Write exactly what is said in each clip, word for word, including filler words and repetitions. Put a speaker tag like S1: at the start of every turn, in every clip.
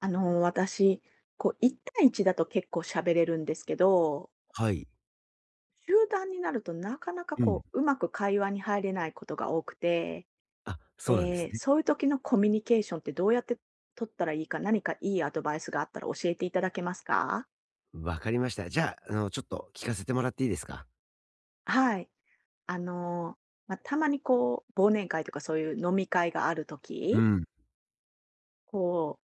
S1: あの、私、こう、いち対いちだと結構喋れるんですけど、
S2: はい。
S1: 集団になるとなかなか
S2: うん。
S1: こう、うまく会話に入れないことが多くて、
S2: あ、そうなんです
S1: で、
S2: ね。
S1: そういう時のコミュニケーションってどうやって取ったらいいか、何かいいアドバイスがあったら教えていただけますか？
S2: わかりました。じゃあ、あの、ちょっと聞かせてもらっていいですか？
S1: はい。あの、まあ、たまにこう、忘年会とかそういう飲み会がある
S2: う
S1: 時、
S2: ん。
S1: こう、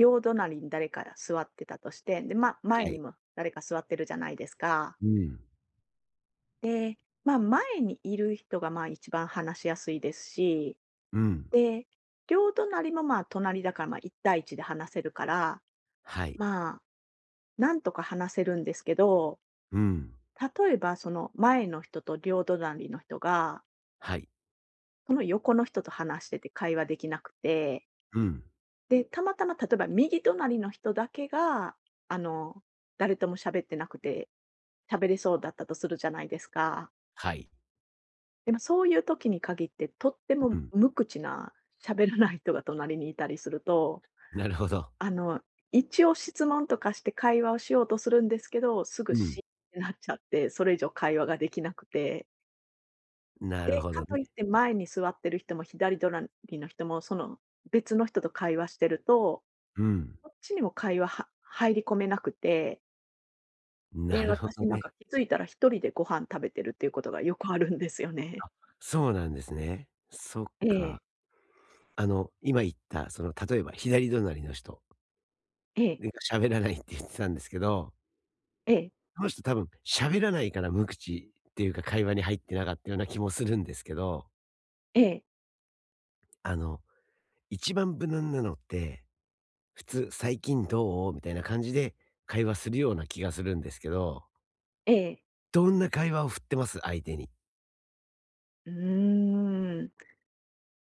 S1: 両隣に誰か座ってたとして、で、まあ、前
S2: は
S1: に
S2: い。
S1: も誰か座ってるじゃないですか。
S2: うん、
S1: で、まあ、前にいる人が、まあ、一番話しやすいですし、
S2: うん、
S1: で、両隣も、まあ、隣だから、まあ、いち対一で話せるから、
S2: はい、
S1: まあ、なんとか話せるんですけど、
S2: うん、
S1: 例えば、その前の人と両隣の人が、
S2: はい、
S1: その横の人と話してて会話できなくて、
S2: うん、
S1: で、たまたま、例えば、右隣の人だけが、あの、誰とも喋ってなくて、喋れそうだったとするじゃないですか。
S2: はい。
S1: でもそういう時に限って、とって
S2: う
S1: も
S2: ん。
S1: 無口な喋らない人が隣にいたりすると、
S2: なるほど。
S1: あの、一応質問とかして会話をしようとするんですけど、すぐ
S2: う
S1: 死
S2: ん。
S1: にってなっちゃって、それ以上会話ができなくて。
S2: なる
S1: で、
S2: ほ
S1: か
S2: ど
S1: といっ
S2: ね。
S1: て前に座ってる人も左隣の人も、その、別の人と会話してると、
S2: うん。
S1: こっちにも会話は入り込めなくて、で、
S2: なるほど
S1: 私なんか
S2: ね。
S1: 気づいたら一人でご飯食べてるっていうことがよくあるんですよね。
S2: あ、そうなんですね。そっ
S1: ええ、
S2: か。あの、今言った、その、例えば左隣の人
S1: ええ、
S2: が喋らないって言ってたんですけど、
S1: ええ、
S2: この人多分喋らないから無口っていうか、会話に入ってなかったような気もするんですけど、
S1: ええ、
S2: あの一番無難なのって、普通「最近どう？」みたいな感じで会話するような気がするんですけど、
S1: ええ。
S2: どんな会話を振ってます？相手に。
S1: うーん、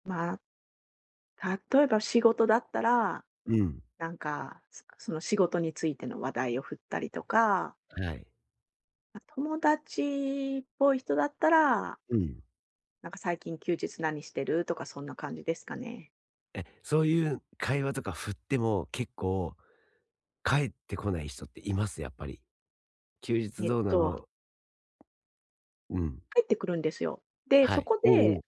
S1: まあ、例えば仕事だったら、
S2: うん。
S1: なんか、そその仕事についての話題を振ったりとか、
S2: はい。
S1: ま友達っぽい人だったら、
S2: うん。
S1: なんか「最近休日何してる？」とかそんな感じですかね。
S2: え、そういう会話とか振っても、結構返ってこない人っています？やっぱり。休日
S1: えっ
S2: どうな
S1: と、
S2: の。うん。
S1: 入ってくるんですよ。で、
S2: は
S1: そ
S2: い。
S1: こ
S2: おうお
S1: で、
S2: う。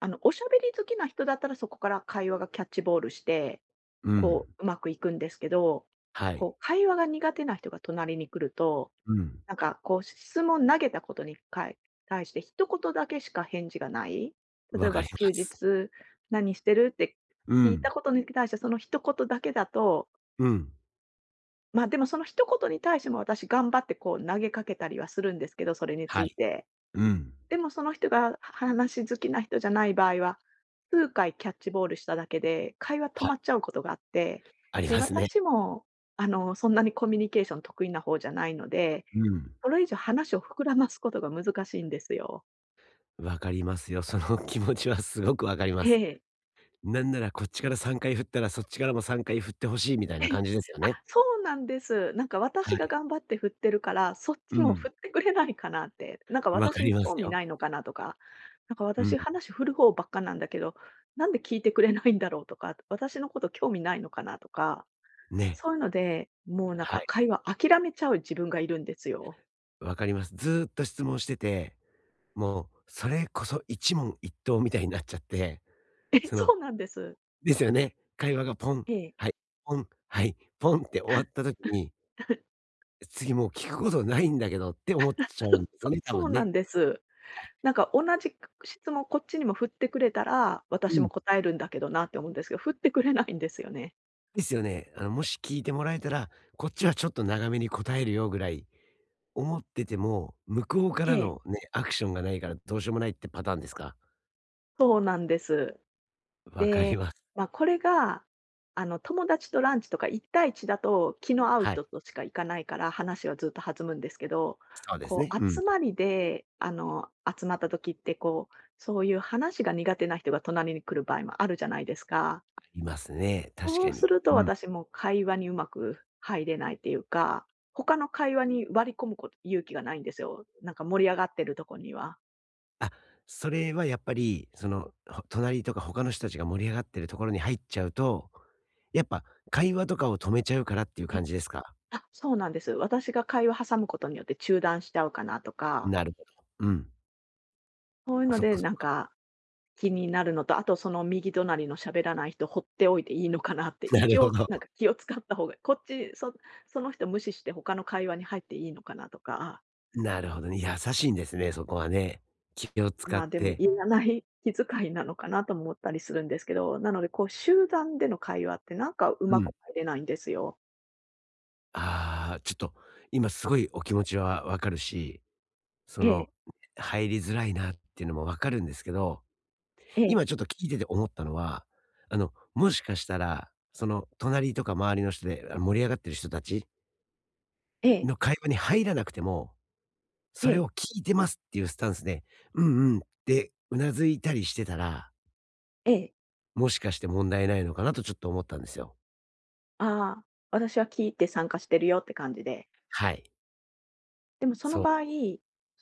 S1: あの、おしゃべり好きな人だったらそこから会話がキャッチボールして、
S2: う
S1: こ
S2: ん。
S1: う、うまくいくんですけど、
S2: はい。
S1: こう、会話が苦手な人が隣に来ると
S2: うん。
S1: なんかこう、質問投げたことにかい対して一言だけしか返事がない。例
S2: わ
S1: え
S2: か
S1: ば
S2: りま
S1: 休
S2: す。
S1: 日何してるって
S2: う
S1: 聞い
S2: ん。
S1: たことに対してその一言だけだと、
S2: うん。
S1: ま、でもその一言に対しても私頑張ってこう投げかけたりはするんですけど、それにつ
S2: は
S1: い
S2: い。
S1: て。
S2: うん。
S1: でもその人が話好きな人じゃない場合は、数回キャッチボールしただけで、会話止
S2: は
S1: ま
S2: い。
S1: っちゃうことがあって、
S2: あり
S1: で、
S2: ますね。
S1: 私もあの、そんなにコミュニケーション得意な方じゃないので、
S2: うん。
S1: それ以上話を膨らますことが難しいんですよ。
S2: わかりますよ。その気持ちはすごくわかりま
S1: え
S2: す。
S1: え。
S2: なんならこっちからさんかい振ったら、そっちからもさんかい振って欲しいみたいな
S1: え
S2: 感じですよ
S1: あ、
S2: ね。
S1: そうなんです。なんか
S2: は
S1: 私が
S2: い。
S1: 頑張って振ってるから、そっ
S2: う
S1: ちも
S2: ん。
S1: 振ってくれないかなって、なんか
S2: わか
S1: 私に
S2: ります
S1: 興味
S2: よ。
S1: ないのかなとか、なんか
S2: うん。
S1: 私話振る方ばっかなんだけど、なんで聞いてくれないんだろうとか、私のこと興味ないのかなとか、
S2: ね。
S1: そういうので、もうなん
S2: は
S1: か
S2: い。
S1: 会話諦めちゃう自分がいるんですよ。
S2: わかります。ずっと質問してて、もうそれこそ一問一答みたいになっちゃって、
S1: え、
S2: その
S1: そうなんです。
S2: ですよね。会話がポン、
S1: ええ。
S2: はい、ポン、はい、ポンって終わった時に、次もう聞くことないんだけどって思っちゃうんですよね、多
S1: そそう
S2: 分
S1: な
S2: ね。
S1: んです。なんか同じ質問こっちにも振ってくれたら、
S2: う
S1: 私も
S2: ん。
S1: 答えるんだけどなって思うんですけど、振ってくれないんですよね。
S2: ですよね。あのもし聞いてもらえたら、こっちはちょっと長めに答えるよぐらい思ってても、向こうか
S1: え
S2: ら
S1: え、
S2: のね、アクションがないからどうしようもないってパターンですか？
S1: そうなんです。
S2: わかり
S1: で、
S2: ます。
S1: まあ、これが、あの、友達とランチとか一対一だと、気の合う
S2: はい。
S1: 人としか行かないから、話はずっと弾むんですけど、
S2: そうです
S1: こ
S2: ね。う
S1: う
S2: ん。
S1: 集まりで、あの、集まった時ってこう、そういう話が苦手な人が隣に来る場合もあるじゃないですか。
S2: ありますね、確
S1: そ
S2: か
S1: うす
S2: に。
S1: ると
S2: うん。
S1: 私も会話にうまく入れないっていうか、他の会話に割り込むこと勇気がないんですよ。なんか盛り上がってるとこには。
S2: あ、それはやっぱり、その、ほ隣とか他の人たちが盛り上がってるところに入っちゃうと、やっぱ会話とかを止めちゃうからっていう
S1: え、
S2: 感じですか？
S1: あ、そうなんです。私が会話挟むことによって中断しちゃうかなとか、
S2: なるほど。うん。
S1: そういうの
S2: そっ
S1: で
S2: かそっ
S1: なん
S2: か。
S1: か気になるのと、あとその右隣の喋らない人放っておいていいのかなって、
S2: なる
S1: 一
S2: ほ
S1: 応
S2: ど。
S1: なんか気を使った方が、こっち、そその人無視して他の会話に入っていいのかなとか、
S2: なるほどね。優しいんですね、そこはね。気を使
S1: ま
S2: っ
S1: あ、でも、
S2: て。
S1: いらない 気遣いなのかなとも思ったりするんですけど、なので、こう、集団での会話ってなんかう
S2: う
S1: まく
S2: ん。
S1: 入れないんですよ。
S2: ああ、ちょっと今すごいお気持ちはわかるし、そ
S1: え
S2: の、
S1: え、
S2: 入りづらいなっていうのもわかるんですけど、
S1: ええ、
S2: 今ちょっと聞いてて思ったのは、あの、もしかしたら、その、隣とか周りの人で、あ、盛り上がってる人たち
S1: ええ、
S2: の会話に入らなくても、
S1: え
S2: それ
S1: え、
S2: を聞いてますっていうスタンスで、「うんうん」って頷いたりしてたら、
S1: ええ、
S2: もしかして問題ないのかなとちょっと思ったんですよ。
S1: ああ、私は聞いて参加してるよって感じで。
S2: はい。
S1: でもその
S2: そ
S1: 場合、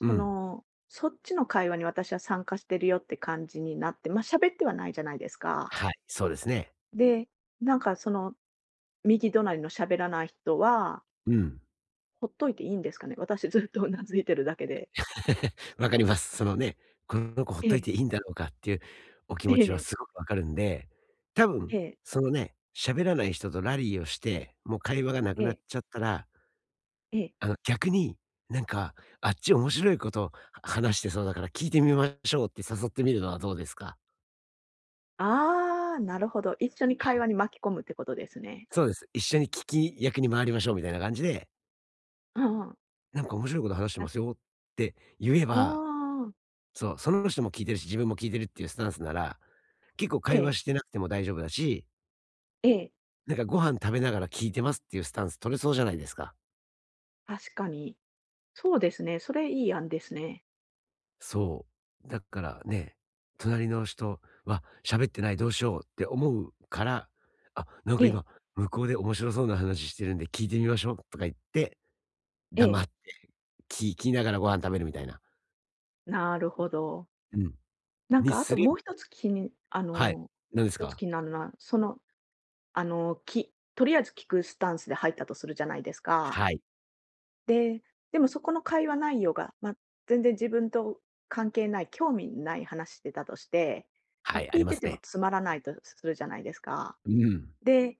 S2: う。うん。
S1: の、そっちの会話に私は参加してるよって感じになって、ま、あ喋ってはないじゃないですか。
S2: はい、そうですね。
S1: で、なんか、その、右隣の喋らない人は、
S2: うん。
S1: ほっといていいんですかね？私ずっとうなずいてるだけで。
S2: わかります。そのね、この子ほっ
S1: え
S2: とい
S1: え、
S2: ていいんだろうかっていうお気
S1: え
S2: 持ちは
S1: え、
S2: すごくわかるんで、多分
S1: ええ。
S2: そのね、喋らない人とラリーをして、もう会話がなく
S1: え
S2: なっ
S1: え、
S2: ちゃったら、
S1: ええ。
S2: あの、逆に、なんか、あっち面白いこと話してそうだから聞いてみましょうって誘ってみるのはどうですか？
S1: ああ、なるほど。一緒に会
S2: は
S1: 話
S2: い。
S1: に巻き込むってことですね。
S2: そうです。一緒に聞き役に回りましょうみたいな感じで、
S1: うんうん。
S2: なんか面白いこと話して
S1: あ、
S2: ますよって言え
S1: あ
S2: ば、
S1: あ、
S2: そう、その人も聞いてるし、自分も聞いてるっていうスタンスなら、結構
S1: え
S2: 会話
S1: え、
S2: してなくても大丈夫だし、
S1: ええ、
S2: なんかご飯食べながら聞いてますっていうスタンス取れそうじゃないですか。
S1: 確かに。そうですね、それいい案ですね。
S2: そう。だからね、隣の人は喋ってないどうしようって思うから、あ、なん
S1: え
S2: か
S1: え、
S2: 今、向こうで面白そうな話してるんで聞いてみましょうとか言って、
S1: え
S2: 黙
S1: え、
S2: って聞きながらご飯食べるみたいな。
S1: なるほど。
S2: うん。
S1: なん
S2: に
S1: かあ
S2: す
S1: と
S2: れ
S1: も
S2: ば
S1: う一つ気にあ
S2: はい。
S1: の、
S2: 何です
S1: 一つ
S2: か？
S1: 気になるのは、その、あの、きとりあえず聞くスタンスで入ったとするじゃないですか。
S2: はい。
S1: で、でもそこの会話内容が、まあ、全然自分と関係ない、興味ない話してたとして、ま
S2: は
S1: あ、
S2: い、あ
S1: 聞
S2: り
S1: い
S2: ま
S1: て
S2: す
S1: ても
S2: ね。
S1: つまらないとするじゃないですか。
S2: うん。
S1: で、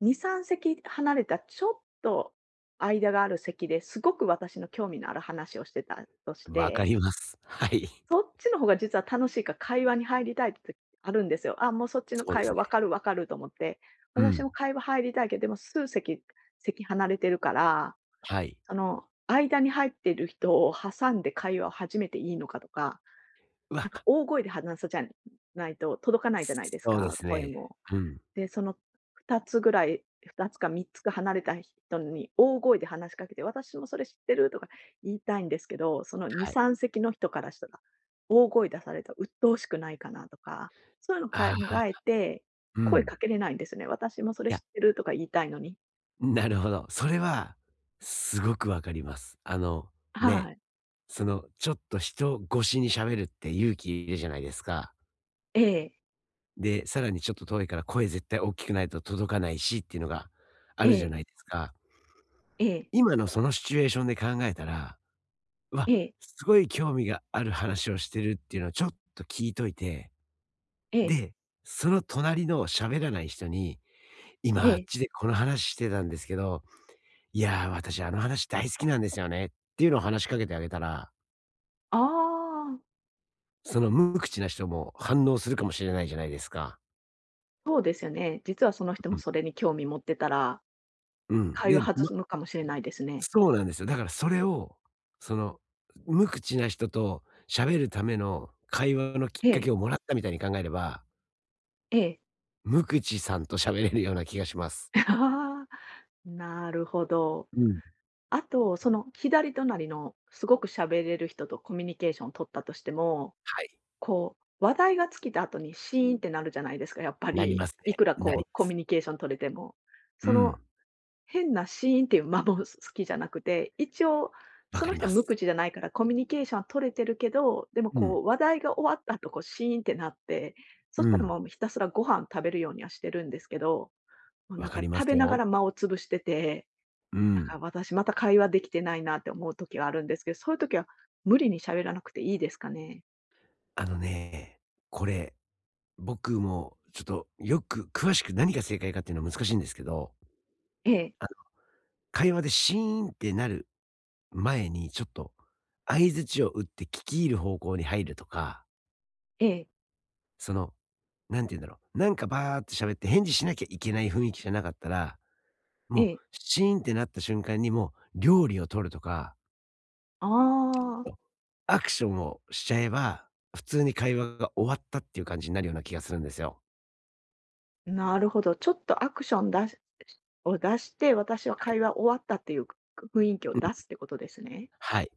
S1: に、さん席離れたちょっと間がある席ですごく私の興味のある話をしてたとし
S2: わか
S1: て、
S2: ります。はい。
S1: そっちの方が実は楽しいから会話に入りたいってあるんですよ。あ、もうそっちの
S2: そうで
S1: 会
S2: す
S1: 話分
S2: ね。
S1: かる分かると思って、
S2: う
S1: 私
S2: ん。
S1: も会話入りたいけど、でも数席席離れてるから
S2: はい。
S1: その、間に入ってる人を挟んで会話を始めていいのかとか、
S2: う
S1: な
S2: わ、
S1: んか大声で話さじゃないと届かないじゃないです
S2: そうで
S1: か、
S2: す
S1: 声
S2: ね。
S1: も。
S2: うん。
S1: で、そのふたつぐらい、ふたつかみっつか離れた人に大声で話しかけて、私もそれ知ってるとか言いたいんですけど、そのに、
S2: はい。
S1: さん席の人からしたら、大声出されたら鬱陶しくないかなとか、そういうの考
S2: ああ、
S1: えて、
S2: う
S1: 声
S2: ん。
S1: かけれないんですね。私もそ
S2: い
S1: れ知
S2: や、
S1: ってるとか言いたいのに。
S2: なるほど。それは、すごくわかります。あの、
S1: は
S2: ね、
S1: い。
S2: その、ちょっと人越しに喋るって勇気いるじゃないですか。
S1: ええ、
S2: で、さらにちょっと遠いから声絶対大きくないと届かないしっていうのがあ
S1: え
S2: るじゃ
S1: え、
S2: ないですか。
S1: ええ、
S2: 今のそのシチュエーションで考えたら、うわ、
S1: ええ、
S2: すごい興味がある話をしてるっていうのをちょっと聞いといて、
S1: ええ。
S2: で、その隣の喋らない人に、
S1: え
S2: 今あっ
S1: え。
S2: ちでこの話してたんですけど、いやー、私あの話大好きなんですよねっていうのを話しかけてあげたら、
S1: ああ、
S2: その無口な人も反応するかもしれないじゃないですか。
S1: そうですよね。実はその人
S2: う
S1: も
S2: ん。
S1: それに興味持ってたら、
S2: うん。
S1: 会
S2: で、ま、
S1: 話弾むかもしれないですね。
S2: そうなんですよ。だからそれを、その、無口な人と喋るための会話のき
S1: え
S2: っか
S1: え、
S2: けをもらったみたいに考えれば、
S1: ええ。
S2: 無口さんと喋れるような気がします。
S1: ああ、なるほど。
S2: うん。
S1: あと、その左隣のすごく喋れる人とコミュニケーション取ったとしても、
S2: はい。
S1: こう、話題が尽きた後にシーンってなるじゃないですか、やっぱ
S2: なり
S1: り。
S2: ます
S1: い
S2: ね。
S1: くら
S2: な
S1: こ
S2: り
S1: う
S2: ま
S1: コ
S2: す。
S1: ミュニケーション取れても。
S2: う
S1: その
S2: ん。
S1: 変なシーンっていう間も好きじゃなくて、一応
S2: わ
S1: そ
S2: か
S1: の
S2: り
S1: 人
S2: ま
S1: は無
S2: す。
S1: 口じゃないからコミュニケーションは取れてるけど、でも
S2: うん。
S1: こう話題が終わった後こうシーンってなって、そ
S2: う
S1: したら
S2: ん。
S1: もうひたすらご飯食べるようにはしてるんですけど、もうな
S2: わ
S1: ん
S2: か
S1: か
S2: りま
S1: 食べ
S2: す
S1: なが
S2: よ。
S1: ら間を潰してて、
S2: う
S1: なん
S2: ん。
S1: か私また会話できてないなって思う時があるんですけど、そういう時は無理に喋らなくていいですかね？
S2: あのね、これ僕もちょっとよく詳しく何が正解かっていうのは難しいんですけど、
S1: ええ、
S2: あの、会話でシーンってなる前にちょっと相槌を打って聞き入る方向に入るとか、
S1: ええ、
S2: その、何て言うんだろう、なんかバーって喋って返事しなきゃいけない雰囲気じゃなかったら、
S1: え
S2: もう
S1: え。
S2: シーンってなった瞬間にもう料理を取るとか、
S1: ああ。
S2: アクションをしちゃえば、普通に会話が終わったっていう感じになるような気がするんですよ。
S1: なるほど。ちょっとアクションだしを出して、私は
S2: はい。
S1: 会話終わったっていう雰囲気を出すってことですね。
S2: はい。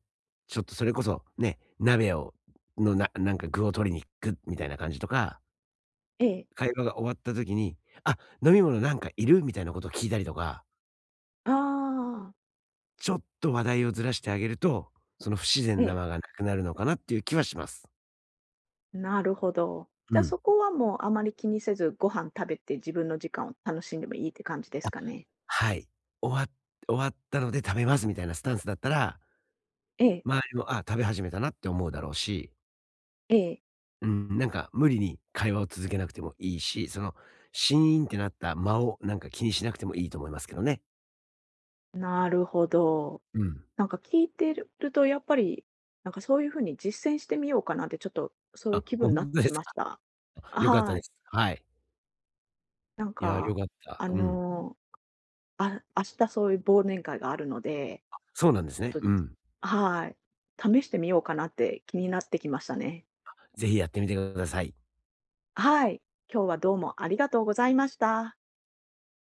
S2: ちょっとそれこそ、ね、鍋をのななんか具を取りに行くみたいな感じとか、
S1: ええ。
S2: 会話が終わった時に、「あ、飲み物なんかいる？」みたいなことを聞いたりとか、
S1: ああ、
S2: ちょっと話題をずらしてあげると、その不自
S1: え
S2: 然な
S1: え。
S2: 間がなくなるのかなっていう気はします。
S1: なるほど。じ
S2: う
S1: ゃあそ
S2: ん。
S1: こはもうあまり気にせず、ご飯食べて自分の時間を楽しんでもいいって感じですかね？
S2: はい。終わ終わったので食べますみたいなスタンスだったら、
S1: ええ、
S2: 周りも、あ、食べ始めたなって思うだろうし、
S1: ええ。
S2: うん、なんか無理に会話を続けなくてもいいし、そのシーンってなった間をなんか気にしなくてもいいと思いますけどね。
S1: なるほど。
S2: うん。
S1: なんか聞いてるとやっぱり、なんかそういう風に実践してみようかなって、ちょっとそういう
S2: あ、
S1: 気
S2: ほ
S1: 分になっ
S2: ん
S1: て
S2: とで
S1: き
S2: す
S1: ま
S2: か。
S1: した。
S2: 良かった
S1: は
S2: で
S1: い。
S2: す。はい。
S1: なん
S2: いや、良
S1: か、
S2: かった。
S1: あの
S2: うん。
S1: ー。のあ、明日そういう忘年会があるので、
S2: そうなんです
S1: ちょっ
S2: ね。
S1: と
S2: うん。
S1: はい、試してみようかなって気になってきましたね。
S2: ぜひやってみてください。
S1: はい、今日はどうもありがとうございました。